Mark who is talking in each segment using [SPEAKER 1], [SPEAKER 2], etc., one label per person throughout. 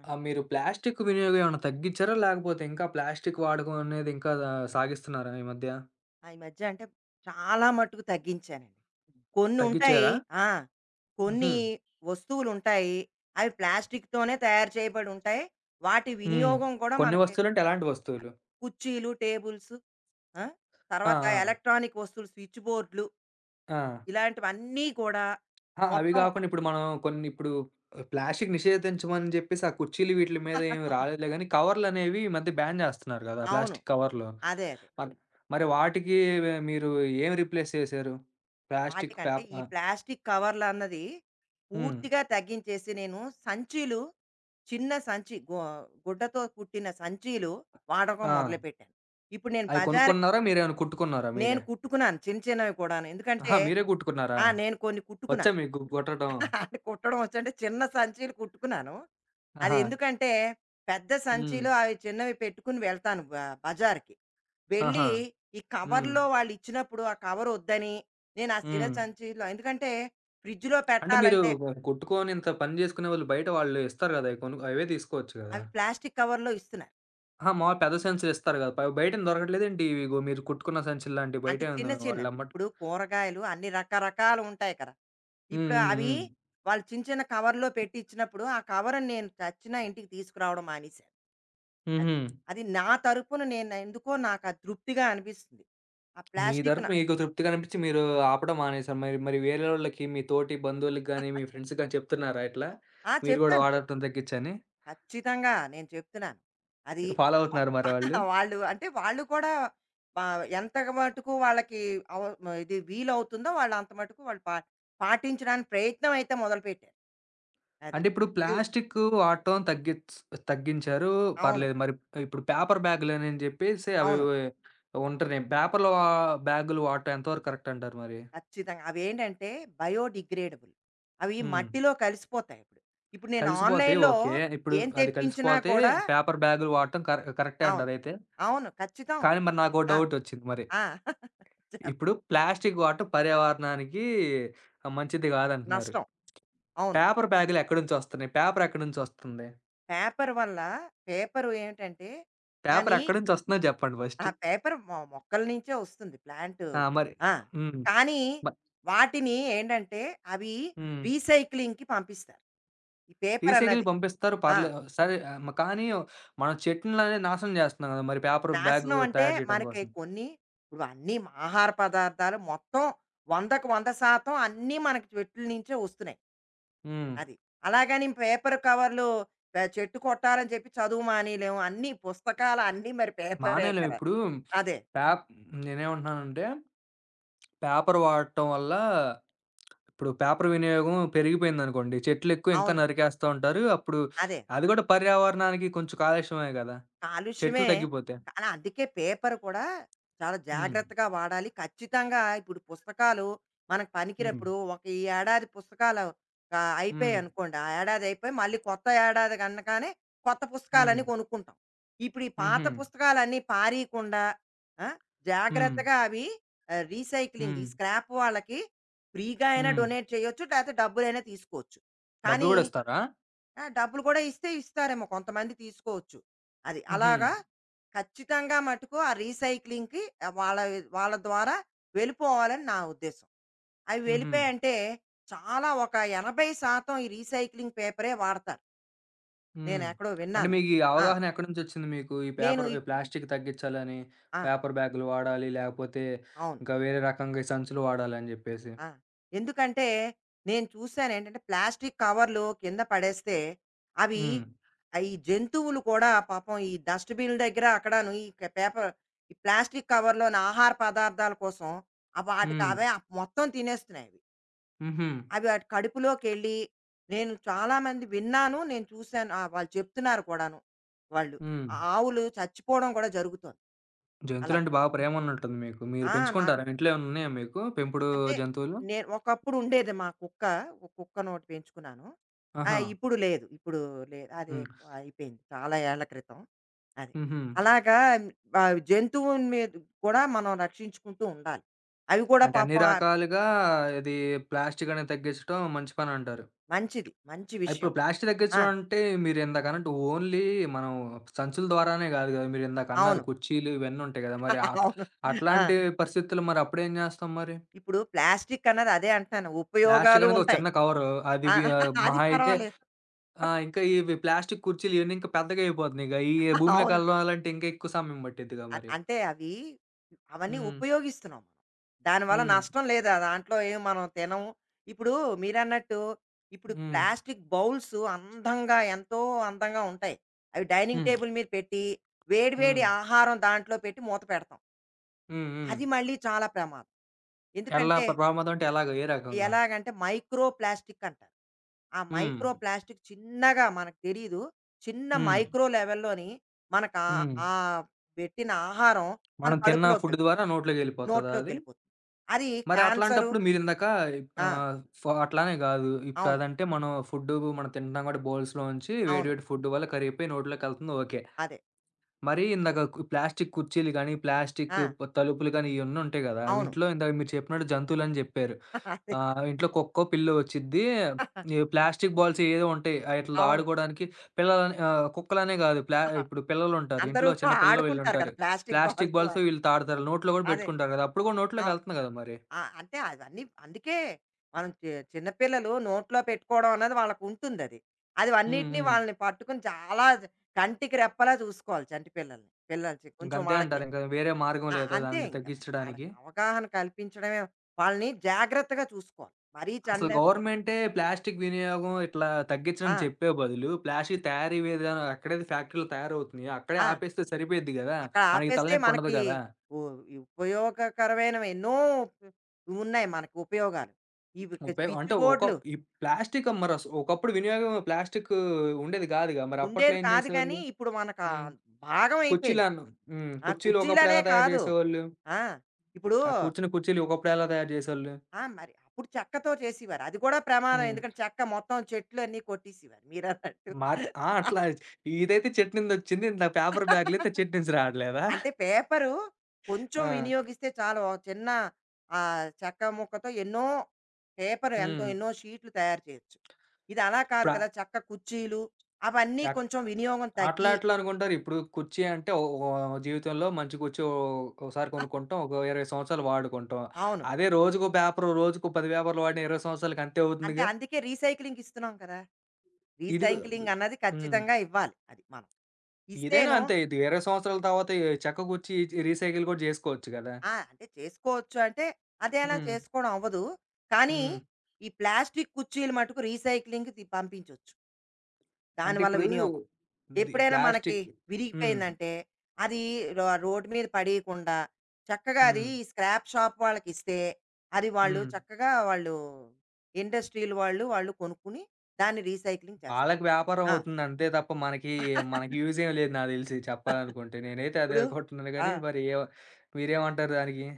[SPEAKER 1] ఆ!
[SPEAKER 2] ఆ! మీరు ప్లాస్టిక్ వినియోగం ఏమన్నా తగ్గించారా? లేకపోతే ఇంకా ప్లాస్టిక్ వాడకం అనేది ఇంకా సాగిస్తున్నారా ఈ మధ్య?
[SPEAKER 1] ఆ! ఈ మధ్య అంటే చాలా మట్టుకు తగ్గించానండి. కొన్నుంటాయి.
[SPEAKER 2] తగ్గించారా?
[SPEAKER 1] ఆ!
[SPEAKER 2] హుహు.
[SPEAKER 1] కొన్ని వస్తువులుంటాయి. అవి ప్లాస్టిక్‌తోనే తయారు చేయబడి ఉంటాయి. వాటి
[SPEAKER 2] హ్మ్.
[SPEAKER 1] వినియోగం కూడా
[SPEAKER 2] కొన్ని
[SPEAKER 1] మనకి
[SPEAKER 2] వస్తువులంటే ఎలాంటి వస్తువులు?
[SPEAKER 1] కుర్చీలు, టేబుల్స్, ఆ!
[SPEAKER 2] ఆ!
[SPEAKER 1] తర్వాత
[SPEAKER 2] ఆ!
[SPEAKER 1] ఎలక్ట్రానిక్ వస్తువులు, స్విచ్ బోర్డ్‌లు
[SPEAKER 2] ఆ!
[SPEAKER 1] ఇలాంటివన్నీ కూడా
[SPEAKER 2] ఆ! అవి
[SPEAKER 1] మొత్తం.
[SPEAKER 2] గాకుండా ఇప్పుడు మనం కొన్ని ఇప్పుడు ప్లాస్టిక్ నిషేధించమని జెప్పేసి ఆ కుర్చీలు వీటిల మీద ఏమి రాలేదులే గానీ, కవర్‌లనేవి ఈ మధ్య బ్యాన్ జేస్తున్నారు గదా!
[SPEAKER 1] అవును.
[SPEAKER 2] ప్లాస్టిక్ కవర్లు.
[SPEAKER 1] అదే, అదే.
[SPEAKER 2] మరి మరి వాటికి మీరు ఏం రీప్లేస్ చేశారు? ప్లాస్టిక్
[SPEAKER 1] వాటికంటే
[SPEAKER 2] పేప
[SPEAKER 1] ఈ ప్లాస్టిక్ కవర్‌లన్నది
[SPEAKER 2] హ్మ్.
[SPEAKER 1] పూర్తిగా తగ్గించేసి నేను సంచీలు, చిన్న సంచి గు గుడ్డతో కుట్టిన సంచీలు వాడకం
[SPEAKER 2] ఆ!
[SPEAKER 1] మొదలుపెట్టాను. ఇప్పుడు నేను
[SPEAKER 2] అయి
[SPEAKER 1] బజార్.
[SPEAKER 2] కొనుక్కున్నారా? మీరేమైనా కుట్టుకున్నారా మీరే?
[SPEAKER 1] నేను కుట్టుకున్నాను చిన్న చిన్నవి కూడాను. ఎందుకంటే
[SPEAKER 2] ఆహా! మీరే కుట్టుకున్నారా?
[SPEAKER 1] నేను కొన్ని
[SPEAKER 2] వచ్చా
[SPEAKER 1] కుట్టుకున్నాను.
[SPEAKER 2] మీకు కుట్టటం?
[SPEAKER 1] అది కుట్టడం వచ్చంటే చిన్న సంచీలు కుట్టుకున్నాను. అది
[SPEAKER 2] ఆహా!
[SPEAKER 1] ఎందుకంటే పెద్ద
[SPEAKER 2] హ్మ్.
[SPEAKER 1] సంచిలో అవి చిన్నవి పెట్టుకుని వెళ్తాను బ బజార్‌కి
[SPEAKER 2] ఆహా!
[SPEAKER 1] వెళ్ళి ఈ
[SPEAKER 2] హ్మ్.
[SPEAKER 1] కవర్‌లో వాళ్ళు ఇచ్చినప్పుడు ఆ కవర్ వద్దని నేను ఆ చిన్న
[SPEAKER 2] హ్మ్.
[SPEAKER 1] సంచిలో. ఎందుకంటే ఫ్రిడ్జ్‌లో
[SPEAKER 2] అంటే మీరు
[SPEAKER 1] పెట్టాలంటే
[SPEAKER 2] కుట్టుకొని ఇంత పని జేసుకునేవాళ్ళు బయట వాళ్ళు ఇస్తారు గదా! అయి కొను అవే తీసుకోవచ్చు గదా!
[SPEAKER 1] అవి ప్లాస్టిక్ కవర్‌లో ఇస్తున్నారు.
[SPEAKER 2] ఆహా! మాములు పెద్ద సంచులు ఇస్తారు గదా! ప బయటేం దొరకట్లేదేంటి? ఇవిగో మీరు కుట్టుకున్న సంచులు లాంటివి
[SPEAKER 1] అంటే
[SPEAKER 2] బయటేమన్నా
[SPEAKER 1] చిన్న
[SPEAKER 2] వాళ్ళు
[SPEAKER 1] చిన్నవి.
[SPEAKER 2] అమ్మట్
[SPEAKER 1] ఇప్పుడు కూరగాయలు అన్ని రకరకాలు ఉంటాయి కదా!
[SPEAKER 2] హ్మ్.
[SPEAKER 1] ఇప్పుడు
[SPEAKER 2] హ్మ్.
[SPEAKER 1] అవి
[SPEAKER 2] హ్మ్.
[SPEAKER 1] వాళ్ళు చిన్న చిన్న కవర్‌లో పెట్టి ఇచ్చినప్పుడు, ఆ కవర్‌ని నేను చచ్చినా ఇంటికి తీసుకురావడం మానేశాను. అది.
[SPEAKER 2] హుహు.
[SPEAKER 1] అది నా తరపున నేను, ఎందుకో నాకు అది తృప్తిగా అనిపిస్తుంది. ఆ
[SPEAKER 2] మీ
[SPEAKER 1] ప్లాస్టిక్‌న
[SPEAKER 2] తరపు మీకు తృప్తిగా అనిపిచ్చి మీరు ఆపడం మానేసారు. మరి మరి వేరేళ్ళకి మీ తోటి బంధువులకి గాని, మీ ఫ్రెండ్స్‌కి గాని చెప్తున్నారా ఇట్లా? మీరు గూడా
[SPEAKER 1] చెప్తాను.
[SPEAKER 2] వాడటం తగ్గిచ్చని?
[SPEAKER 1] ఖచ్చితంగా నేను చెప్తున్నాను. అది.
[SPEAKER 2] ఫాలో అవుతున్నారా మరి వాళ్ళు?
[SPEAKER 1] ఆ! వాళ్ళు అంటే వాళ్ళు కూడా పా ఎంత మటుకు వాళ్ళకి అవ ఇది వీలవుతుందో వాళ్ళు అంత మటుకు వాళ్ళు పాటించడానికి ప్రయత్నం అయితే మొదలుపెట్టారు. అది.
[SPEAKER 2] అంటే ఇప్పుడు
[SPEAKER 1] ప్యూడ్
[SPEAKER 2] ప్లాస్టిక్ వాడటం తగ్గించారు.
[SPEAKER 1] అవును.
[SPEAKER 2] పర్లేదు మరి ఇప్పుడు పేపర్ బ్యాగులని చెప్పేసి అవి
[SPEAKER 1] అవును,
[SPEAKER 2] ఉంటున్నాయి. పేపర్‌లో బ్యాగులు వాడటం ఎంతవరకు కరెక్ట్ అంటారు మరి?
[SPEAKER 1] ఖచ్చితంగా. అవేంటంటే బయోడిగ్రేడబుల్. అవి
[SPEAKER 2] హ్మ్.
[SPEAKER 1] మట్టిలో కలిసిపోతాయి ఇప్పుడు. ఇప్పుడు నేను
[SPEAKER 2] కలిసిపోతే
[SPEAKER 1] ఆన్‌లైన్‌లో
[SPEAKER 2] ఓకే. ఇప్పుడు
[SPEAKER 1] ఏం
[SPEAKER 2] అది
[SPEAKER 1] తెప్పించినా
[SPEAKER 2] కలిసిపోతే
[SPEAKER 1] కూడా
[SPEAKER 2] పేపర్ బ్యాగులు వాడటం కరెక్టే
[SPEAKER 1] అవును.
[SPEAKER 2] అంటారైతే.
[SPEAKER 1] అవును, ఖచ్చితం.
[SPEAKER 2] కానీ మరి నాకో
[SPEAKER 1] ఆ!
[SPEAKER 2] డౌట్ వచ్చింది మరి.
[SPEAKER 1] ఆ! చెప్
[SPEAKER 2] ఇప్పుడు ప్లాస్టిక్ వాడటం పర్యావరణానికి మంచిది కాదంటున్నారు.
[SPEAKER 1] నష్టం. అవును.
[SPEAKER 2] పేపర్ బ్యాగులు ఎక్కడినుంచి వస్తున్నాయి? పేపర్ ఎక్కడినుంచి వస్తుంది?
[SPEAKER 1] పేపర్ వల్ల, పేపరు ఏమిటంటే,
[SPEAKER 2] పేపర్
[SPEAKER 1] దాని
[SPEAKER 2] ఎక్కడినుంచి వస్తుందో చెప్పండి ఫస్ట్?
[SPEAKER 1] ఆ పేపర్ మొక్కల నుంచే వస్తుంది ప్లాంటు.
[SPEAKER 2] ఆ! మరి
[SPEAKER 1] ఆ!
[SPEAKER 2] హ్మ్.
[SPEAKER 1] కానీ
[SPEAKER 2] మ
[SPEAKER 1] వాటిని ఏంటంటే, అవి
[SPEAKER 2] హ్మ్.
[SPEAKER 1] రీసైక్లింగ్‌కి పంపిస్తారు ఈ పేపర్
[SPEAKER 2] రీసైకిల్‌కి
[SPEAKER 1] అన్నది.
[SPEAKER 2] పంపిస్తారు
[SPEAKER 1] ఆ!
[SPEAKER 2] పర్లే సరే ఆహ్, మ కానీ మనం చెట్లననేది నాశనం జేస్తున్నాం గదా! మరి పేపర్ బ్యాగు
[SPEAKER 1] నాశనం అంటే
[SPEAKER 2] తయారు చేయటం
[SPEAKER 1] మనకి
[SPEAKER 2] కోసం.
[SPEAKER 1] కొన్ని ఇప్పుడు అన్నీ ఆహార పదార్థాలు మొత్తం 100కి 100% అన్నీ మనకి చెట్ల నుంచే వస్తున్నాయి.
[SPEAKER 2] హ్మ్.
[SPEAKER 1] అది. అలాగని పేపర్ కవర్లు చెట్టు కొట్టాలని చెప్పి చదువు మానేయలేము. అన్నీ పుస్తకాలు అన్నీ మరి పేపరే
[SPEAKER 2] మానేయలేం
[SPEAKER 1] కదా!
[SPEAKER 2] ఇప్పుడు
[SPEAKER 1] అదే.
[SPEAKER 2] పేప్ నేనేమంటున్నానంటే, పేపర్ వాడటం వల్ల ఇప్పుడు పేపర్ వినియోగం పెరిగిపోయిందనుకోండి, చెట్లెక్కువ ఇంకా
[SPEAKER 1] అవును.
[SPEAKER 2] నరికేస్తా ఉంటారు. అప్పుడు
[SPEAKER 1] అదే.
[SPEAKER 2] అది గూడా పర్యావరణానికి కొంచెం కాలుష్యమే గదా! చెట్లు
[SPEAKER 1] కాలుష్యమే.
[SPEAKER 2] తగ్గిపోతే.
[SPEAKER 1] కానీ అందుకే పేపర్ కూడా చాలా
[SPEAKER 2] హ్మ్.
[SPEAKER 1] జాగ్రత్తగా వాడాలి. ఖచ్చితంగా ఇప్పుడు పుస్తకాలు మనకు
[SPEAKER 2] హ్మ్.
[SPEAKER 1] పనికినప్పుడు ఒక ఈ ఏడాది పుస్తకాలు
[SPEAKER 2] హ్మ్.
[SPEAKER 1] అయిపోయాయనుకోండి. ఆ ఏడాది అయిపోయి మళ్ళీ కొత్త ఏడాది అనగానే కొత్త
[SPEAKER 2] హ్మ్.
[SPEAKER 1] పుస్తకాలన్నీ కొనుక్కుంటాం. ఇప్పుడు ఈ పాత
[SPEAKER 2] హుహు.
[SPEAKER 1] పుస్తకాలన్నీ పారేయకుండా ఆ!
[SPEAKER 2] హ్మ్.
[SPEAKER 1] జాగ్రత్తగా అవి రీసైక్లింగ్
[SPEAKER 2] హ్మ్.
[SPEAKER 1] ఈ స్క్రాప్ వాళ్ళకి ఫ్రీగా అయినా
[SPEAKER 2] హ్మ్.
[SPEAKER 1] డొనేట్ చేయొచ్చు, లేకపోతే డబ్బులైనా తీసుకోవచ్చు.
[SPEAKER 2] డబ్బులు
[SPEAKER 1] కానీ
[SPEAKER 2] గూడా ఇస్తారా?
[SPEAKER 1] డబ్బులు కూడా ఇస్తే ఇస్తారేమో, కొంతమంది తీసుకోవచ్చు. అది.
[SPEAKER 2] హుహు.
[SPEAKER 1] అలాగా ఖచ్చితంగా మటుకు ఆ రీసైక్లింగ్‌కి ఆహ్, వాళ్ళ వాళ్ళ ద్వారా వెళ్ళిపోవాలని నా ఉద్దేశ్యం. అవి
[SPEAKER 2] హుహు.
[SPEAKER 1] వెళ్ళిపోయాయంటే చాలా ఒక 80% ఈ రీసైక్లింగ్ పేపరే వాడతారు.
[SPEAKER 2] హ్మ్.
[SPEAKER 1] నేనెక్కడో
[SPEAKER 2] అంటే
[SPEAKER 1] విన్నాను.
[SPEAKER 2] మీకు ఈ
[SPEAKER 1] ఆ!
[SPEAKER 2] అవగాహన ఎక్కడి నుంచొచ్చింది మీకు? ఈ
[SPEAKER 1] నేను
[SPEAKER 2] పేపర్ ఈ
[SPEAKER 1] ఇప్
[SPEAKER 2] ప్లాస్టిక్ తగ్గించాలని,
[SPEAKER 1] ఆ!
[SPEAKER 2] పేపర్ బ్యాగులు వాడాలి, లేకపోతే
[SPEAKER 1] అవును.
[SPEAKER 2] ఇంకా వేరే రకంగా ఈ సంచులు వాడాలని జెప్పేసి.
[SPEAKER 1] ఆ! ఎందుకంటే నేను చూసాను ఏంటంటే ప్లాస్టిక్ కవర్లు కింద పడేస్తే అవి
[SPEAKER 2] హ్మ్.
[SPEAKER 1] ఈ జంతువులు కూడా పాపం ఈ డస్ట్ బిన్‌ల దగ్గర అక్కడాను ఈ క పేపర్ ఈ ప్లాస్టిక్ కవర్‌లోని ఆహార పదార్థాల కోసం వాటికి
[SPEAKER 2] హ్మ్.
[SPEAKER 1] అవే మొత్తం తినేస్తున్నాయి అవి.
[SPEAKER 2] హుహు.
[SPEAKER 1] అవి వాటి కడుపులోకెళ్ళి, నేను చాలామంది విన్నాను. నేను చూసాను. వాళ్ళు చెప్తున్నారు కూడాను. వాళ్ళు
[SPEAKER 2] హ్మ్.
[SPEAKER 1] ఆ ఆవులు చచ్చిపోవడం కూడా జరుగుతోంది. అలాగ.
[SPEAKER 2] జంతువులంటే బాగా ప్రేమన్నట్టుంది మీకు. మీరు
[SPEAKER 1] నాకు
[SPEAKER 2] పెంచుకుంటారా? ఇంట్లో ఏమన్నా ఉన్నాయా మీకు పెంపుడు
[SPEAKER 1] అంటే,
[SPEAKER 2] జంతువులు?
[SPEAKER 1] నేను ఒకప్పుడు ఉండేది మా కుక్క. ఒక కుక్కనోటి పెంచుకున్నాను.
[SPEAKER 2] ఆహా!
[SPEAKER 1] ఇప్పుడు లేదు. ఇప్పుడు లేదు. అది
[SPEAKER 2] హ్మ్.
[SPEAKER 1] అయిపోయింది, చాలా ఏళ్ల క్రితం. అది.
[SPEAKER 2] హుహు.
[SPEAKER 1] అలాగా జంతువుని మీద కూడా మనం రక్షించుకుంటూ ఉండాలి. అవి కూడా
[SPEAKER 2] అంటే అన్ని
[SPEAKER 1] పాపం.
[SPEAKER 2] రకాలుగా ఇది ప్లాస్టిక్ అనేది తగ్గించడం మంచి పనంటారు.
[SPEAKER 1] మంచిది. మంచి
[SPEAKER 2] ఆ! ఇప్పుడు
[SPEAKER 1] విషయం.
[SPEAKER 2] ప్లాస్టర్
[SPEAKER 1] ఆ!
[SPEAKER 2] ఎక్కించడం అంటే మీరిందాకన్నట్టు ఓన్లీ మనం సంచుల ద్వారానే గాదు గదా! మీరిందాకన్నారు
[SPEAKER 1] అవును.
[SPEAKER 2] కుర్చీలు ఇవన్నీ ఉంటాయి గదా! మరి అట్ల
[SPEAKER 1] అవును. ఆ!
[SPEAKER 2] అట్లాంటి పరిస్థితుల్లో మరి అప్పుడేం జేస్తాం మరి?
[SPEAKER 1] ఇప్పుడు ప్లాస్టిక్ అన్నది అదే అంటున్నాను,
[SPEAKER 2] ప్లాస్టిక్
[SPEAKER 1] ఉపయోగాలు
[SPEAKER 2] అనేది ఒక
[SPEAKER 1] ఉంటాయి.
[SPEAKER 2] చిన్న కవరు అది
[SPEAKER 1] ఆ!
[SPEAKER 2] వి
[SPEAKER 1] అది
[SPEAKER 2] మహా అయితే
[SPEAKER 1] పర్వాలేదు.
[SPEAKER 2] ఇంకా ఇవి ప్లాస్టిక్ కుర్చీలు ఇవన్నీ ఇంకా పెద్దగా అయిపోతున్నాయి. ఇగ ఈ భూమిలో
[SPEAKER 1] అవును.
[SPEAKER 2] కలవాలంటే ఇంకా ఎక్కువ సమయం పట్టిద్దిగా
[SPEAKER 1] అన్
[SPEAKER 2] మరి.
[SPEAKER 1] అంటే అవి అవన్నీ
[SPEAKER 2] హ్మ్.
[SPEAKER 1] ఉపయోగిస్తున్నాం మనం. దానివల్ల
[SPEAKER 2] హ్మ్.
[SPEAKER 1] నష్టం లేదా, దాంట్లో ఏం మనం తినము. ఇప్పుడు మీరన్నట్టు ఇప్పుడు
[SPEAKER 2] హ్మ్.
[SPEAKER 1] ప్లాస్టిక్ బౌల్స్ అందంగా ఎంతో అందంగా ఉంటాయి. అవి డైనింగ్
[SPEAKER 2] హ్మ్.
[SPEAKER 1] టేబుల్ మీద పెట్టి, వేడి వేడి
[SPEAKER 2] హ్మ్.
[SPEAKER 1] ఆహారం దాంట్లో పెట్టి మూత పెడతాం.
[SPEAKER 2] హ్మ్. హ్మ్.
[SPEAKER 1] అది మళ్ళీ చాలా ప్రమాదం.
[SPEAKER 2] ఎలా
[SPEAKER 1] ఎందుకంటే
[SPEAKER 2] ప్రమాదం అంటే ఎలాగా? ఏ రకంగా?
[SPEAKER 1] ఎలాగంటే మైక్రో ప్లాస్టిక్ అంటారు. ఆ
[SPEAKER 2] హ్మ్.
[SPEAKER 1] మైక్రో ప్లాస్టిక్ చిన్నగా మనకు తెలీదు. చిన్న
[SPEAKER 2] హ్మ్.
[SPEAKER 1] మైక్రో లెవెల్‌లోని మనకు ఆ
[SPEAKER 2] హ్మ్.
[SPEAKER 1] ఆ పెట్టిన ఆహారం మన
[SPEAKER 2] మనం తిన్న ఫుడ్
[SPEAKER 1] కడుపులోకెళ్తుంది,
[SPEAKER 2] ద్వారా నోట్లోకెళ్ళిపోతదా అది?
[SPEAKER 1] నోట్లోకెళ్ళిపోతుంది. అది
[SPEAKER 2] మరి
[SPEAKER 1] క్యాన్సరు.
[SPEAKER 2] అట్లాంటప్పుడు మీరిందాక
[SPEAKER 1] ఆ!
[SPEAKER 2] ఆహ్, ఫ అట్లానే గాదు.
[SPEAKER 1] అవును.
[SPEAKER 2] ఇప్పుడదంటే మనం ఫుడ్డు మనం తింటున్నాం కాబట్టి బౌల్స్‌లోంచి వేడి
[SPEAKER 1] అవును.
[SPEAKER 2] వేడి ఫుడ్ వల్ల కరిగిపోయి నోట్లోకెళ్తుంది ఓకే.
[SPEAKER 1] అదే.
[SPEAKER 2] మరి ఇందాక కు ప్లాస్టిక్ కుర్చీలు గానీ, ప్లాస్టిక్
[SPEAKER 1] ఆ!
[SPEAKER 2] ప తలుపులు గానీ ఇయన్నుంటాయి గదా!
[SPEAKER 1] అవును.
[SPEAKER 2] ఇంట్లో ఇందాక మీరు చెప్పినట్టు జంతువులని జెప్పారు.
[SPEAKER 1] అదే.
[SPEAKER 2] ఇంట్లో కుక్కో, పిల్లో వచ్చిద్ది. ఈ ప్లాస్టిక్ బాల్స్ ఏదో ఉంటాయి. ఆటిలతో
[SPEAKER 1] అవును.
[SPEAKER 2] ఆడుకోవడానికి పిల్లలని కుక్కలనే గాదు ప్లా ఇప్పుడు పిల్లలుంటారు.
[SPEAKER 1] అందరూ
[SPEAKER 2] ఇంట్లో చిన్న పిల్లలు
[SPEAKER 1] ఆడుకుంటారు
[SPEAKER 2] వీళ్ళుంటారు.
[SPEAKER 1] కదా! Plastic
[SPEAKER 2] plastic
[SPEAKER 1] balls.
[SPEAKER 2] బాల్స్‌తో వీళ్ళు తాడుతారు. నోట్లో గూడా
[SPEAKER 1] అదే.
[SPEAKER 2] పెట్టుకుంటారు గదా! అప్పుడు గూడా
[SPEAKER 1] అవును.
[SPEAKER 2] నోట్లోకెళ్తుంది గదా మరి.
[SPEAKER 1] అంటే అవన్నీ అందుకే మనం చిన్న పిల్లలు నోట్లో పెట్టుకోవడం అన్నది వాళ్ళకుంటుందది. అది
[SPEAKER 2] హ్మ్.
[SPEAKER 1] అన్నిటిని
[SPEAKER 2] హ్మ్.
[SPEAKER 1] వాళ్ళని పట్టుకొని చాలా కంటికి రెప్పలా చూసుకోవాలి చంటి పిల్లల్ని. పిల్లలు చి- కొంచెం
[SPEAKER 2] ఇంకంతే
[SPEAKER 1] వాళ్ళకి.
[SPEAKER 2] అంటారు. ఇంక వేరే మార్గం లేదా
[SPEAKER 1] అంతే
[SPEAKER 2] దాన్ని
[SPEAKER 1] ఇంక.
[SPEAKER 2] తగ్గిచ్చడానికి?
[SPEAKER 1] వాళ్ళకి అవగాహన కల్పించడమే, వాళ్ళని జాగ్రత్తగా చూసుకోవాలి. మరీ
[SPEAKER 2] అసలు
[SPEAKER 1] చండచ్చు.
[SPEAKER 2] గవర్నమెంటే ప్లాస్టిక్ వినియోగం ఇట్లా తగ్గించమని
[SPEAKER 1] ఆ!
[SPEAKER 2] చెప్పే బదులు, ప్లాస్టిక్ తయారీ విధానం ఎక్కడైతే ఫ్యాక్టరీలు తయారవుతున్నాయో, అక్కడే
[SPEAKER 1] ఆ!
[SPEAKER 2] ఆపేస్తే సరిపోయిద్ది గదా!
[SPEAKER 1] అక్కడ
[SPEAKER 2] మనకి
[SPEAKER 1] ఆపేస్తే
[SPEAKER 2] తలనొప్పి ఉండదు
[SPEAKER 1] మనకి
[SPEAKER 2] గదా!
[SPEAKER 1] ఉ ఉపయోగకరమైనవి ఎన్నో ఉ- ఉన్నాయి మనకు ఉపయోగాలు. ఇవి
[SPEAKER 2] ఉపయోగం
[SPEAKER 1] స్విచ్
[SPEAKER 2] అంటే ఒక
[SPEAKER 1] బోర్డ్‌లు.
[SPEAKER 2] ఈ ప్లాస్టిక్ మరి అస ఒకప్పుడు వినియోగం ప్లాస్టిక్ ఉండేది గాదుగా! మరి అప్పట్లో
[SPEAKER 1] ఉండేది
[SPEAKER 2] ఏం
[SPEAKER 1] కాదు
[SPEAKER 2] జేసేవాళ్ళు?
[SPEAKER 1] గానీ, ఇప్పుడు మనకు ఆ
[SPEAKER 2] హ్మ్.
[SPEAKER 1] భాగం అయిపోయింది.
[SPEAKER 2] కుర్చీలను హ్మ్. కుర్చీలు ఒకప్పుడు
[SPEAKER 1] కుర్చీలనే
[SPEAKER 2] ఎలా తయారు
[SPEAKER 1] కాదు.
[SPEAKER 2] జేసేవాళ్ళు?
[SPEAKER 1] ఆ! ఇప్పుడు
[SPEAKER 2] ఆ కూర్చున్న కుర్చీలు ఒకప్పుడు ఎలా తయారు జేసేవాళ్ళు?
[SPEAKER 1] ఆ! మరి అప్పుడు చెక్కతో చేసేవారు. అది కూడా ప్రమాదం.
[SPEAKER 2] హ్మ్.
[SPEAKER 1] ఎందుకంటే చెక్క మొత్తం చెట్లన్నీ కొట్టేసేవారు మీరన్నట్టు.
[SPEAKER 2] మారి ఆ! అట్లా ఇదైతే చట్నీందొచ్చింది. నా పేపర్ బ్యాగ్‌లయితే చట్నీస్ రావట్లేదా?
[SPEAKER 1] అంటే పేపరు కొంచెం
[SPEAKER 2] ఆ!
[SPEAKER 1] వినియోగిస్తే చాలు. ఒక చిన్న చెక్క ముక్కతో ఎన్నో పేపర్ ఎంతో
[SPEAKER 2] హ్మ్.
[SPEAKER 1] ఎన్నో షీట్లు తయారు చేయొచ్చు. ఇది అలా కాదు
[SPEAKER 2] ప్ర
[SPEAKER 1] కదా! చెక్క కుర్చీలు అవన్నీ
[SPEAKER 2] చక్
[SPEAKER 1] కొంచెం వినియోగం
[SPEAKER 2] అట్లా
[SPEAKER 1] తగ్గి.
[SPEAKER 2] అట్లా అనుకుంటారు. ఇప్పుడు కుర్చీ అంటే ఓ ఓ జీవితంలో మంచి కుర్చీ ఓ ఒకసారి కొనుక్కుంటాం. ఒక 20 సంవత్సరాలు వాడుకుంటాం.
[SPEAKER 1] అవును.
[SPEAKER 2] అదే రోజుకో పేపరు, రోజుకో 10 పేపర్లు వాడిన 20 సంవత్సరాలకి అంతే
[SPEAKER 1] అంటే
[SPEAKER 2] అవుతుందిగా.
[SPEAKER 1] అందుకే రీసైక్లింగ్‌కి ఇస్తున్నాం కదా!
[SPEAKER 2] ఇది గు
[SPEAKER 1] రీసైక్లింగ్ అన్నది
[SPEAKER 2] హ్మ్.
[SPEAKER 1] ఖచ్చితంగా ఇవ్వాలి అది మనం.
[SPEAKER 2] ఇదైనా
[SPEAKER 1] ఇస్తేను.
[SPEAKER 2] అంతే. ఇది 20 సంవత్సరాల తర్వాత ఈ చెక్క కుర్చీ రీసైకిల్ కూడా జేసుకోవచ్చు గదా!
[SPEAKER 1] అంటే చేసుకోవచ్చు అంటే, అదెలా
[SPEAKER 2] హ్మ్.
[SPEAKER 1] చేసుకోవడం అవ్వదు. కానీ,
[SPEAKER 2] హ్మ్.
[SPEAKER 1] ఈ ప్లాస్టిక్ కుర్చీలు మటుకు రీసైక్లింగ్‌కి పంపించొచ్చు.
[SPEAKER 2] అంటే
[SPEAKER 1] దానివల్ల
[SPEAKER 2] ఇప్పుడు
[SPEAKER 1] వినియోగం.
[SPEAKER 2] ది
[SPEAKER 1] ఎప్పుడైనా మనకి
[SPEAKER 2] ప్లాస్టిక్ హ్మ్.
[SPEAKER 1] విరిగిపోయిందంటే, అది రోడ్డు మీద పడేయకుండా, చక్కగా అది
[SPEAKER 2] హ్మ్.
[SPEAKER 1] ఈ స్క్రాప్ షాప్ వాళ్ళకిస్తే, అది వాళ్ళు
[SPEAKER 2] హ్మ్.
[SPEAKER 1] చక్కగా వాళ్ళు ఇండస్ట్రీలు వాళ్ళు, వాళ్ళు కొనుక్కుని దాన్ని రీసైక్లింగ్ చేస్తారు.
[SPEAKER 2] ఆళ్ళకి వ్యాపారం
[SPEAKER 1] ఆ!
[SPEAKER 2] అవుతుంది అంతే తప్ప మనకి, మనకి యూజ్ ఏం లేదు నాకు తెలిసి చెప్పాలనుకుంటే. నేనైతే అదే
[SPEAKER 1] ఇప్పుడు
[SPEAKER 2] అనుకుంటున్నాను
[SPEAKER 1] ఆ!
[SPEAKER 2] గానీ మరి ఏవ మీరేమంటారు దానికి?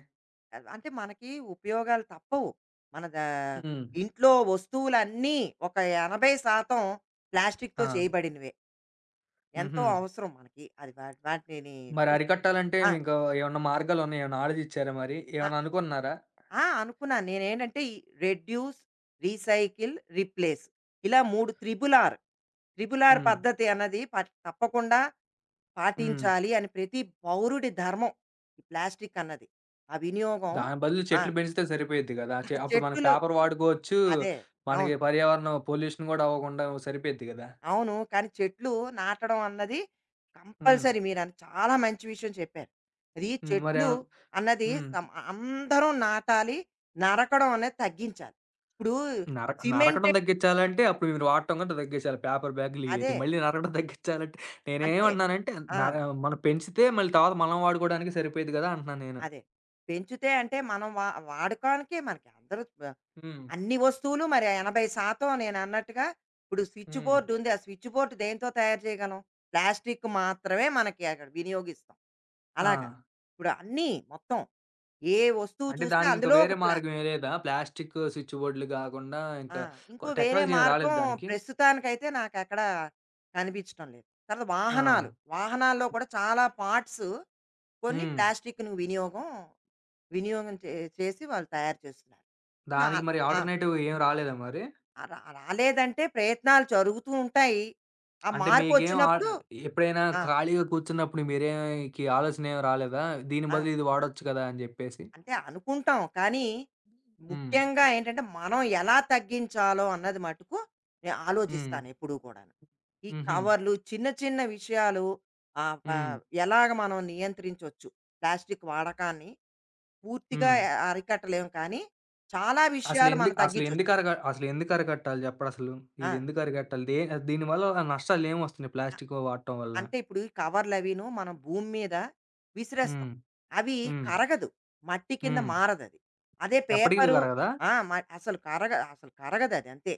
[SPEAKER 1] అంటే మనకి ఉపయోగాలు తప్పవు. మన దా
[SPEAKER 2] హ్మ్.
[SPEAKER 1] ఇంట్లో వస్తువులన్నీ ఒక 80% ప్లాస్టిక్‌తో
[SPEAKER 2] ఆ!
[SPEAKER 1] చేయబడినవే.
[SPEAKER 2] హుహు.
[SPEAKER 1] ఎంతో అవసరం మనకి. అది వాటిని
[SPEAKER 2] మరి
[SPEAKER 1] చూసుకో.
[SPEAKER 2] అరికట్టాలంటే
[SPEAKER 1] ఆ!
[SPEAKER 2] మీకు ఏమన్నా మార్గాలున్నాయా? ఏమన్నా ఆలోచిచ్చారా మరి?
[SPEAKER 1] ఆ!
[SPEAKER 2] ఏమన్నా అనుకున్నారా?
[SPEAKER 1] ఆ! అనుకున్నాను. నేనేంటంటే ఈ రెడ్యూస్, రీసైకిల్, రీప్లేస్ ఇలా 3 త్రిబుల్ ఆర్. త్రిబుల్ ఆర్
[SPEAKER 2] హ్మ్.
[SPEAKER 1] పద్ధతి అన్నది తప్పకుండా
[SPEAKER 2] హ్మ్.
[SPEAKER 1] పాటించాలి అని ప్రతి పౌరుడి ధర్మం. ఈ ప్లాస్టిక్ అన్నది, ఆ వినియోగం.
[SPEAKER 2] దాని బదులు
[SPEAKER 1] ఆ!
[SPEAKER 2] చెట్లు పెంచితే సరిపోయిద్ది గదా! చె అప్పుడు మనం
[SPEAKER 1] చెట్టులు
[SPEAKER 2] పేపర్ వాడుకోవచ్చు.
[SPEAKER 1] అదే.
[SPEAKER 2] మనకి
[SPEAKER 1] అవును.
[SPEAKER 2] పర్యావరణం పొల్యూషన్ గూడా అవ్వకుండా సరిపోయిద్ది గదా!
[SPEAKER 1] అవును. కానీ చెట్లు నాటడం అన్నది
[SPEAKER 2] హ్మ్.
[SPEAKER 1] కంపల్సరీ. చాలా మంచి విషయం చెప్పారు. అది
[SPEAKER 2] హ్మ్.
[SPEAKER 1] చెట్లు
[SPEAKER 2] మరేమన్నా
[SPEAKER 1] అన్నది
[SPEAKER 2] హ్మ్.
[SPEAKER 1] అందరం నాటాలి. నరకడం అనేది తగ్గించాలి. ఇప్పుడు
[SPEAKER 2] నరకడం
[SPEAKER 1] సిమెంటెడ్.
[SPEAKER 2] తగ్గించాలంటే అప్పుడు మీరు వాడటం గూడా తగ్గించాలి. పేపర్ బ్యాగులు
[SPEAKER 1] అదే.
[SPEAKER 2] ఇయన్నీ. మళ్ళీ నరకడం తగ్గించాలంటే
[SPEAKER 1] అంటే
[SPEAKER 2] నేనేమన్నానంటే
[SPEAKER 1] ఆ!
[SPEAKER 2] నర మనం పెంచితే మళ్ళీ తర్వాత మనం వాడుకోవడానికి సరిపోయిద్ది గదా! అంటున్నాను నేను.
[SPEAKER 1] అదే. పెంచితే అంటే మనం వాడకానికే మనకి అందరూ ఆహ్,
[SPEAKER 2] హ్మ్.
[SPEAKER 1] అన్ని వస్తువులు మరి 80% నేనన్నట్టుగా. ఇప్పుడు స్విచ్
[SPEAKER 2] హ్మ్.
[SPEAKER 1] బోర్డ్ ఉంది, ఆ స్విచ్ బోర్డ్ దేనితో తయారు చేయగలం? ప్లాస్టిక్ మాత్రమే మనకి అక్కడ వినియోగిస్తాం.
[SPEAKER 2] ఆ!
[SPEAKER 1] అలాగా. ఇప్పుడు అన్నీ మొత్తం. ఏ వస్తువు
[SPEAKER 2] అంటే
[SPEAKER 1] చూసినా
[SPEAKER 2] దానికి ఇంకా
[SPEAKER 1] అందులో ఒక
[SPEAKER 2] వేరే మార్గం ఏం లేదా? ప్లాస్టిక్ స్విచ్ బోర్డ్‌లు గాకుండా
[SPEAKER 1] ఆ!
[SPEAKER 2] ఇంకా కొ
[SPEAKER 1] ఇంకో వేరే
[SPEAKER 2] టెక్నాలజీ ఏం రాలేదు
[SPEAKER 1] మార్గం
[SPEAKER 2] దానికి?
[SPEAKER 1] ప్రస్తుతానికైతే నాకెక్కడా కనిపించటం లేదు. తర్వాత
[SPEAKER 2] ఆ!
[SPEAKER 1] వాహనాలు. వాహనాల్లో కూడా చాలా పార్ట్స్ కొన్ని
[SPEAKER 2] హ్మ్.
[SPEAKER 1] ప్లాస్టిక్‌ను వినియోగం వినియోగం చేసి వాళ్ళు తయారు చేస్తున్నారు. నా
[SPEAKER 2] దానికి మరి
[SPEAKER 1] ఆ!
[SPEAKER 2] ఆల్టర్‌నేటివ్ ఏం రాలేదా మరి?
[SPEAKER 1] రా రాలేదంటే ప్రయత్నాలు జరుగుతూ ఉంటాయి, ఆ
[SPEAKER 2] అంటే మీకేం
[SPEAKER 1] మార్పొచ్చినప్పుడు.
[SPEAKER 2] ఎప్పుడైనా
[SPEAKER 1] ఆ!
[SPEAKER 2] ఖాళీగా కూర్చున్నప్పుడు మీరేకి ఆలోచన ఏమి రాలేదా? దీని
[SPEAKER 1] ఆ!
[SPEAKER 2] బదులు ఇది వాడొచ్చు కదా! అని జెప్పేసి?
[SPEAKER 1] అంటే అనుకుంటాం. కానీ,
[SPEAKER 2] హ్మ్.
[SPEAKER 1] ముఖ్యంగా ఏంటంటే, మనం ఎలా తగ్గించాలో అన్నది మటుకు నేను
[SPEAKER 2] హ్మ్.
[SPEAKER 1] ఆలోచిస్తానెప్పుడూ కూడాను. ఈ
[SPEAKER 2] హుహు.
[SPEAKER 1] కవర్లు చిన్న, చిన్న విషయాలు ఆహ్, ప
[SPEAKER 2] హ్మ్.
[SPEAKER 1] ఎలాగ మనం నియంత్రించొచ్చు ప్లాస్టిక్ వాడకాన్ని. పూర్తిగా
[SPEAKER 2] హ్మ్.
[SPEAKER 1] అరికట్టలేము కానీ, చాలా విషయాలు మనం
[SPEAKER 2] అసలెందుకు అసలెందుకు
[SPEAKER 1] తగ్గించొచ్చు.
[SPEAKER 2] అరగ అసలెందుకు అరికట్టాలి జెప్పడసలు?
[SPEAKER 1] ఆ!
[SPEAKER 2] ఇదెందుకు అరికట్టాలి? దే దీని వల్ల నష్టాలేమొస్తున్నాయి ప్లాస్టిక్ వాడటం వల్ల?
[SPEAKER 1] అంటే ఇప్పుడు ఈ కవర్లవీను మనం భూమి మీద విసిరేస్తాం.
[SPEAKER 2] హ్మ్.
[SPEAKER 1] అవి
[SPEAKER 2] హ్మ్.
[SPEAKER 1] కరగదు, మట్టి కింద
[SPEAKER 2] హ్మ్.
[SPEAKER 1] మారదది. అదే
[SPEAKER 2] ఎప్పటికి
[SPEAKER 1] పేపరు.
[SPEAKER 2] కరగదా?
[SPEAKER 1] ఆ! మ అసలు కరగదది అంతే.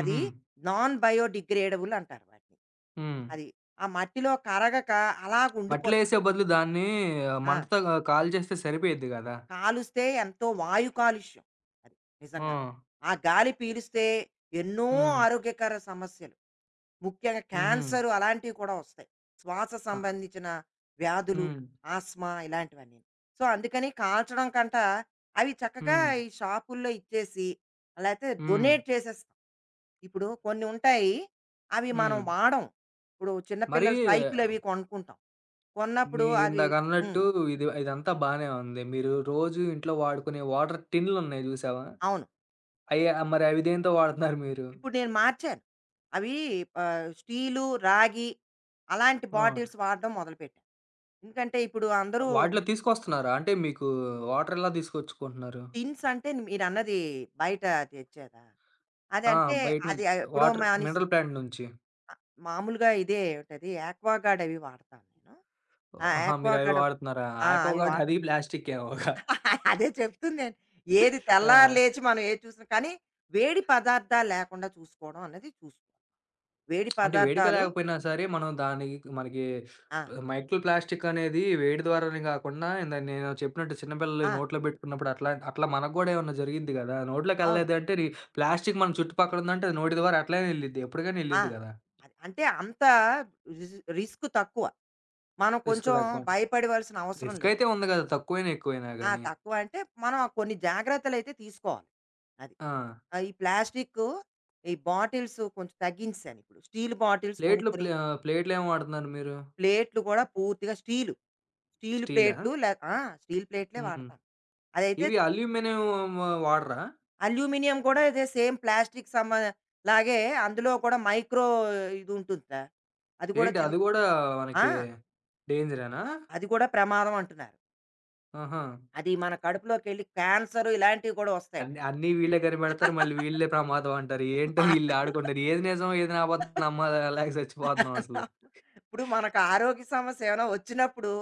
[SPEAKER 1] అది నాన్ బయోడిగ్రేడబుల్ అంటారు వాటిని.
[SPEAKER 2] హ్మ్.
[SPEAKER 1] అది. ఆ మట్టిలో కరగక
[SPEAKER 2] మట్టిలో
[SPEAKER 1] అలాగుండిపోతుంది.
[SPEAKER 2] ఏసే బదులు దాన్ని
[SPEAKER 1] ఆ!
[SPEAKER 2] మంటతో కాల్చేస్తే సరిపోయిద్ది గదా!
[SPEAKER 1] కాలుస్తే ఎంతో వాయు కాలుష్యం, అది
[SPEAKER 2] ఆ!
[SPEAKER 1] నిజంగా. ఆ గాలి పీలిస్తే ఎన్నో
[SPEAKER 2] హ్మ్.
[SPEAKER 1] ఆరోగ్యకర సమస్యలు, ముఖ్యంగా
[SPEAKER 2] హుహు.
[SPEAKER 1] క్యాన్సర్ అలాంటివి కూడా వస్తాయి. శ్వాస
[SPEAKER 2] ఆ!
[SPEAKER 1] సంబంధించిన వ్యాధులు,
[SPEAKER 2] హ్మ్.
[SPEAKER 1] ఆస్త్మా ఇలాంటివన్నీను. సో, అందుకని కాల్చడం కంట అవి చక్కగా
[SPEAKER 2] హ్మ్.
[SPEAKER 1] ఈ షాపుల్లో ఇచ్చేసి, లేతే
[SPEAKER 2] హ్మ్.
[SPEAKER 1] డొనేట్ చేసేస్తాం. ఇప్పుడు కొన్ని ఉంటాయి, అవి మనం
[SPEAKER 2] హ్మ్.
[SPEAKER 1] వాడం. ఇప్పుడు చిన్న
[SPEAKER 2] మరి
[SPEAKER 1] పిల్లల సైకిల్ అవి కొనుక్కుంటాం. కొన్నప్పుడు అవి. హ్మ్.
[SPEAKER 2] మీరిందాకన్నట్టు ఇది ఇదంతా బానే ఉంది. మీరు రోజు ఇంట్లో వాడుకునే వాటర్ టిన్‌లున్నాయి జూసావా?
[SPEAKER 1] అవును.
[SPEAKER 2] అయ్యా మరి అవి దేనితో వాడుతున్నారు మీరు?
[SPEAKER 1] ఇప్పుడు నేను మార్చాను అవి. స్టీలు, రాగి అలాంటి
[SPEAKER 2] ఆ!
[SPEAKER 1] బాటిల్స్ వాడడం మొదలుపెట్టాను. ఎందుకంటే ఇప్పుడు అందరూ
[SPEAKER 2] వాటిలో తీసుకొస్తున్నారా? అంటే మీకు వాటర్ ఎలా తీసుకొచ్చుకుంటున్నారు?
[SPEAKER 1] టిన్స్ అంటే మీరన్నది బయట తెచ్చారా?
[SPEAKER 2] ఆ!
[SPEAKER 1] అదంటే
[SPEAKER 2] బయట
[SPEAKER 1] అది
[SPEAKER 2] నుంచి
[SPEAKER 1] ఎప్పుడో
[SPEAKER 2] వాటర్
[SPEAKER 1] మానేసాం.
[SPEAKER 2] మినరల్ ప్లాంట్ నుంచి.
[SPEAKER 1] అ మామూలుగా ఇదే ఏమిటది యాక్వాగార్డ్ అవి వాడతాను నేను.
[SPEAKER 2] ఆహా! మీరవి
[SPEAKER 1] యాక్వాగార్డ్.
[SPEAKER 2] వాడుతున్నారా?
[SPEAKER 1] ఆ! అవి
[SPEAKER 2] ఆక్వాగార్డ్
[SPEAKER 1] వాడ
[SPEAKER 2] అది ప్లాస్టిక్కేమోగా.
[SPEAKER 1] అదే చెప్తుంది నేను. ఏది తెల్లారి
[SPEAKER 2] ఆ!
[SPEAKER 1] లేచి మనం ఏది చూసినా కానీ వేడి పదార్థాలు లేకుండా చూసుకోవడం అన్నది చూసుకోవాలి. వేడి
[SPEAKER 2] అంటే వేడిక
[SPEAKER 1] పదార్థాలు.
[SPEAKER 2] లేకపోయినా సరే మనం దానికి మనకి
[SPEAKER 1] ఆ!
[SPEAKER 2] మైక్రో ప్లాస్టిక్ అనేది వేడి ద్వారానే కాకుండా ఇందాక నేను చెప్పినట్టు చిన్నపిల్లలు
[SPEAKER 1] ఆ!
[SPEAKER 2] నోట్లో పెట్టుకున్నప్పుడు అట్లా అట్లా మనకు కూడా ఏమన్నా జరిగింది కదా! నోట్లోకి
[SPEAKER 1] అవును.
[SPEAKER 2] ఎళ్ళలేదు అంటే రి ప్లాస్టిక్ మన చుట్టుపక్కల ఉందంటే అది నోటి ద్వారా అట్లనే ఎళ్ళిద్ది. ఎప్పటికైనా
[SPEAKER 1] ఆ!
[SPEAKER 2] ఎళ్ళిద్ది కదా!
[SPEAKER 1] అది అంటే అంత రిస్క్ తక్కువ. మనం
[SPEAKER 2] ఇసుక
[SPEAKER 1] కొంచెం
[SPEAKER 2] దాకా
[SPEAKER 1] భయపడవలసిన అవసరం
[SPEAKER 2] ఇసుక
[SPEAKER 1] లేదు.
[SPEAKER 2] అయితే ఉంది కదా! తక్కువైనా ఎక్కువైనా గానీ.
[SPEAKER 1] తక్కువ అంటే మనం కొన్ని జాగ్రత్తలైతే తీసుకోవాలి. అది.
[SPEAKER 2] ఆ!
[SPEAKER 1] ఈ ప్లాస్టికు, ఈ బాటిల్స్ కొంచెం తగ్గించేశాను ఇప్పుడు. స్టీల్ బాటిల్స్
[SPEAKER 2] ప్లేట్లు
[SPEAKER 1] కొనుక్కొని,
[SPEAKER 2] ప్లే ప్లేట్లేం వాడుతున్నారు మీరు?
[SPEAKER 1] ప్లేట్లు కూడా పూర్తిగా స్టీలు. స్టీలు
[SPEAKER 2] స్టీలా?
[SPEAKER 1] ప్లేట్లు లే ఆ! స్టీలు ప్లేట్లే
[SPEAKER 2] హ్మ్.
[SPEAKER 1] వాడతాను. అదైతే
[SPEAKER 2] ఇవి అల్యూమినియం వాడరా?
[SPEAKER 1] అల్యూమినియం కూడా ఇదే సేమ్ ప్లాస్టిక్ సంబ లాగే, అందులో కూడా మైక్రో ఇదుంటుందిట. అది కూడా
[SPEAKER 2] ఏంటి
[SPEAKER 1] చిన్న.
[SPEAKER 2] అది గూడా
[SPEAKER 1] ఆ!
[SPEAKER 2] మనకి డేంజరేనా?
[SPEAKER 1] అది కూడా ప్రమాదం అంటున్నారు.
[SPEAKER 2] ఆహా!
[SPEAKER 1] అది మన కడుపులోకెళ్ళి క్యాన్సర్ ఇలాంటివి కూడా వస్తాయట.
[SPEAKER 2] అన్నీ వీళ్ళే కనిపెడతారు. మళ్ళీ వీళ్ళే ప్రమాదం అంటారు. ఏంటో ఈళ్ళు ఆడుకుంటారు. ఏది నిజం ఏది అబద్ధం నమ్మలేక సచ్చిపోతున్నాం అసలు.
[SPEAKER 1] ఇప్పుడు మనకు ఆరోగ్య సమస్య ఏమైనా వచ్చినప్పుడు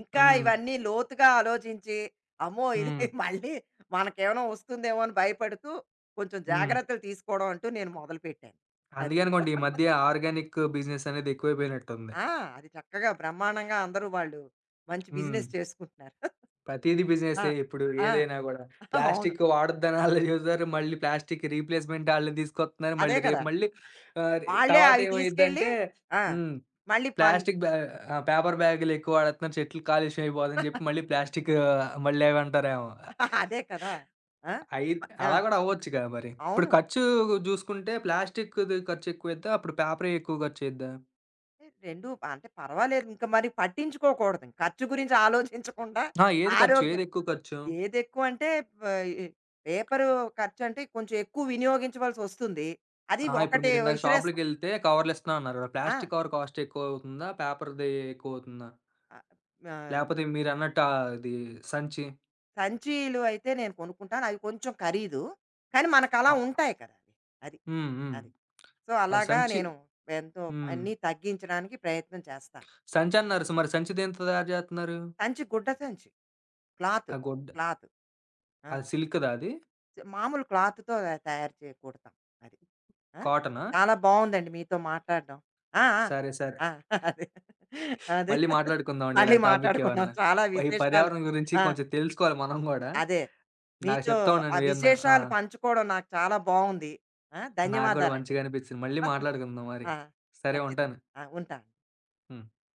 [SPEAKER 1] ఇంకా
[SPEAKER 2] హ్మ్.
[SPEAKER 1] ఇవన్నీ లోతుగా ఆలోచించి, అమ్మో! ఇది
[SPEAKER 2] హ్మ్.
[SPEAKER 1] మళ్ళీ మనకేమైనా వస్తుందేమో అని భయపడుతూ కొంచెం
[SPEAKER 2] హ్మ్.
[SPEAKER 1] జాగ్రత్తలు తీసుకోవడం అంటూ నేను మొదలుపెట్టాను. అది.
[SPEAKER 2] అందుకే అనుకోండి ఈ మధ్య ఆర్గానిక్ బిజినెస్ అనేది ఎక్కువైపోయినట్టుంది.
[SPEAKER 1] ఆ! అది చక్కగా బ్రహ్మాండంగా అందరూ వాళ్ళు మంచి
[SPEAKER 2] హ్మ్.
[SPEAKER 1] బిజినెస్ చేసుకుంటున్నారు.
[SPEAKER 2] ప్రతీది
[SPEAKER 1] ఆ!
[SPEAKER 2] బిజినెసే ఇప్పుడు
[SPEAKER 1] ఆ!
[SPEAKER 2] ఏదైనా గూడా.
[SPEAKER 1] అవును.
[SPEAKER 2] ప్లాస్టిక్ వాడొద్దని ఆళ్ళు జెప్తారు. మళ్ళీ ప్లాస్టిక్ రీప్లేస్‌మెంట్ ఆళ్ళే తీసుకొస్తున్నారు.
[SPEAKER 1] అదే
[SPEAKER 2] మళ్ళీ రేపు
[SPEAKER 1] కదా!
[SPEAKER 2] మళ్ళీ రి
[SPEAKER 1] వాళ్ళే
[SPEAKER 2] తర్వాత
[SPEAKER 1] అవి తీసుకెళ్ళి
[SPEAKER 2] ఏమైద్దంటే
[SPEAKER 1] ఆ!
[SPEAKER 2] హ్మ్.
[SPEAKER 1] మళ్ళీ పన్.
[SPEAKER 2] ప్లాస్టిక్ బ్యా ఆ! పేపర్ బ్యాగులు ఎక్కువ వాడేస్తున్నారు. చెట్లు కాలుష్యం అయిపోదని జెప్పి మళ్ళీ ప్లాస్టిక్ మళ్ళీ అవి అంటారేమో.
[SPEAKER 1] అదే కదా! ఆ!
[SPEAKER 2] అయిద్
[SPEAKER 1] ఆ!
[SPEAKER 2] అలా గూడా అవ్వచ్చుగా మరి. ఇప్పుడు
[SPEAKER 1] అవును.
[SPEAKER 2] ఖర్చు జూసుకుంటే ప్లాస్టిక్కుది ఖర్చెక్కువయిద్దా? అప్పుడు పేపరే ఎక్కువ ఖర్చయిద్దా?
[SPEAKER 1] 2 అంటే పర్వాలేదు. ఇంక మరి పట్టించుకోకూడదు. ఇంక ఖర్చు గురించి ఆలోచించకుండా
[SPEAKER 2] అహా! ఏది ఖర్చు?
[SPEAKER 1] ఆరోగ్యం.
[SPEAKER 2] ఏదెక్కువ ఖర్చు?
[SPEAKER 1] ఏదెక్కువ అంటే వ ఈ పేపరు ఖర్చంటే కొంచెం ఎక్కువ వినియోగించవలసొస్తుంది. అది
[SPEAKER 2] అహా! ఇప్పుడు
[SPEAKER 1] ఒకటి
[SPEAKER 2] మీరిందాక
[SPEAKER 1] విసిరేస్తాం.
[SPEAKER 2] షాపులకెళ్తే కవర్లిస్తున్నా అన్నారు గదా!
[SPEAKER 1] ఆ!
[SPEAKER 2] ప్లాస్టిక్ కవర్ కాస్ట్ ఎక్కువవుతుందా? పేపర్‌ది ఎక్కువవుతుందా?
[SPEAKER 1] ఆహ్, ఆహ్,
[SPEAKER 2] లేపోతే మీరన్నట్టు అది సంచి
[SPEAKER 1] సంచీలు అయితే నేను కొనుక్కుంటాను. అవి కొంచెం ఖరీదు. కానీ మనకలా
[SPEAKER 2] ఆహ్,
[SPEAKER 1] ఉంటాయి కదా! అది. అది.
[SPEAKER 2] హ్మ్. హ్మ్.
[SPEAKER 1] అది. సో,
[SPEAKER 2] మరి
[SPEAKER 1] అలాగా
[SPEAKER 2] సంచి
[SPEAKER 1] నేను ఎంతో
[SPEAKER 2] హ్మ్.
[SPEAKER 1] అన్నీ తగ్గించడానికి ప్రయత్నం చేస్తాను.
[SPEAKER 2] సంచన్నారు. సో, మరి సంచి దేంతో తయారు జేత్తన్నారు?
[SPEAKER 1] సంచి, గుడ్డ సంచి. క్లాత్.
[SPEAKER 2] ఆ గుడ్డ
[SPEAKER 1] క్లాత్. ఆ!
[SPEAKER 2] అది సిల్క్‌దా అది?
[SPEAKER 1] మామూలు క్లాత్‌తో తయారు కుడతాం. అది. ఆ!
[SPEAKER 2] కాటనా?
[SPEAKER 1] చాలా బావుందండి మీతో మాట్లాడడం. ఆ!
[SPEAKER 2] సరే. సరే.
[SPEAKER 1] ఆ! ఆ! అదే. అదే.
[SPEAKER 2] మళ్ళీ మాట్లాడుకుందామండి
[SPEAKER 1] మళ్ళీ
[SPEAKER 2] ఇలాంటి టాపిక్
[SPEAKER 1] మాట్లాడుకున్నాం.
[SPEAKER 2] ఏమన్నా.
[SPEAKER 1] చాలా
[SPEAKER 2] ప ఈ
[SPEAKER 1] విశేషాలు.
[SPEAKER 2] పర్యావరణం గురించి
[SPEAKER 1] ఆ!
[SPEAKER 2] కొంచెం తెలుసుకోవాలి మనం గూడా.
[SPEAKER 1] అదే.
[SPEAKER 2] నాకు
[SPEAKER 1] మీతో
[SPEAKER 2] చెప్తా ఉండు
[SPEAKER 1] ఆ
[SPEAKER 2] నువ్వేమన్నా. ఆ!
[SPEAKER 1] విశేషాలు పంచుకోవడం నాకు చాలా బావుంది.
[SPEAKER 2] నాకు గూడా
[SPEAKER 1] ధన్యవాదాలండి.
[SPEAKER 2] మంచిగా అనిపిచ్చింది. మళ్ళీ మాట్లాడుకుందాం మరి.
[SPEAKER 1] ఆ!
[SPEAKER 2] సరే ఉంటాను.
[SPEAKER 1] ఖచ్చితంగా. ఆ! ఉంటాను.
[SPEAKER 2] హ్మ్.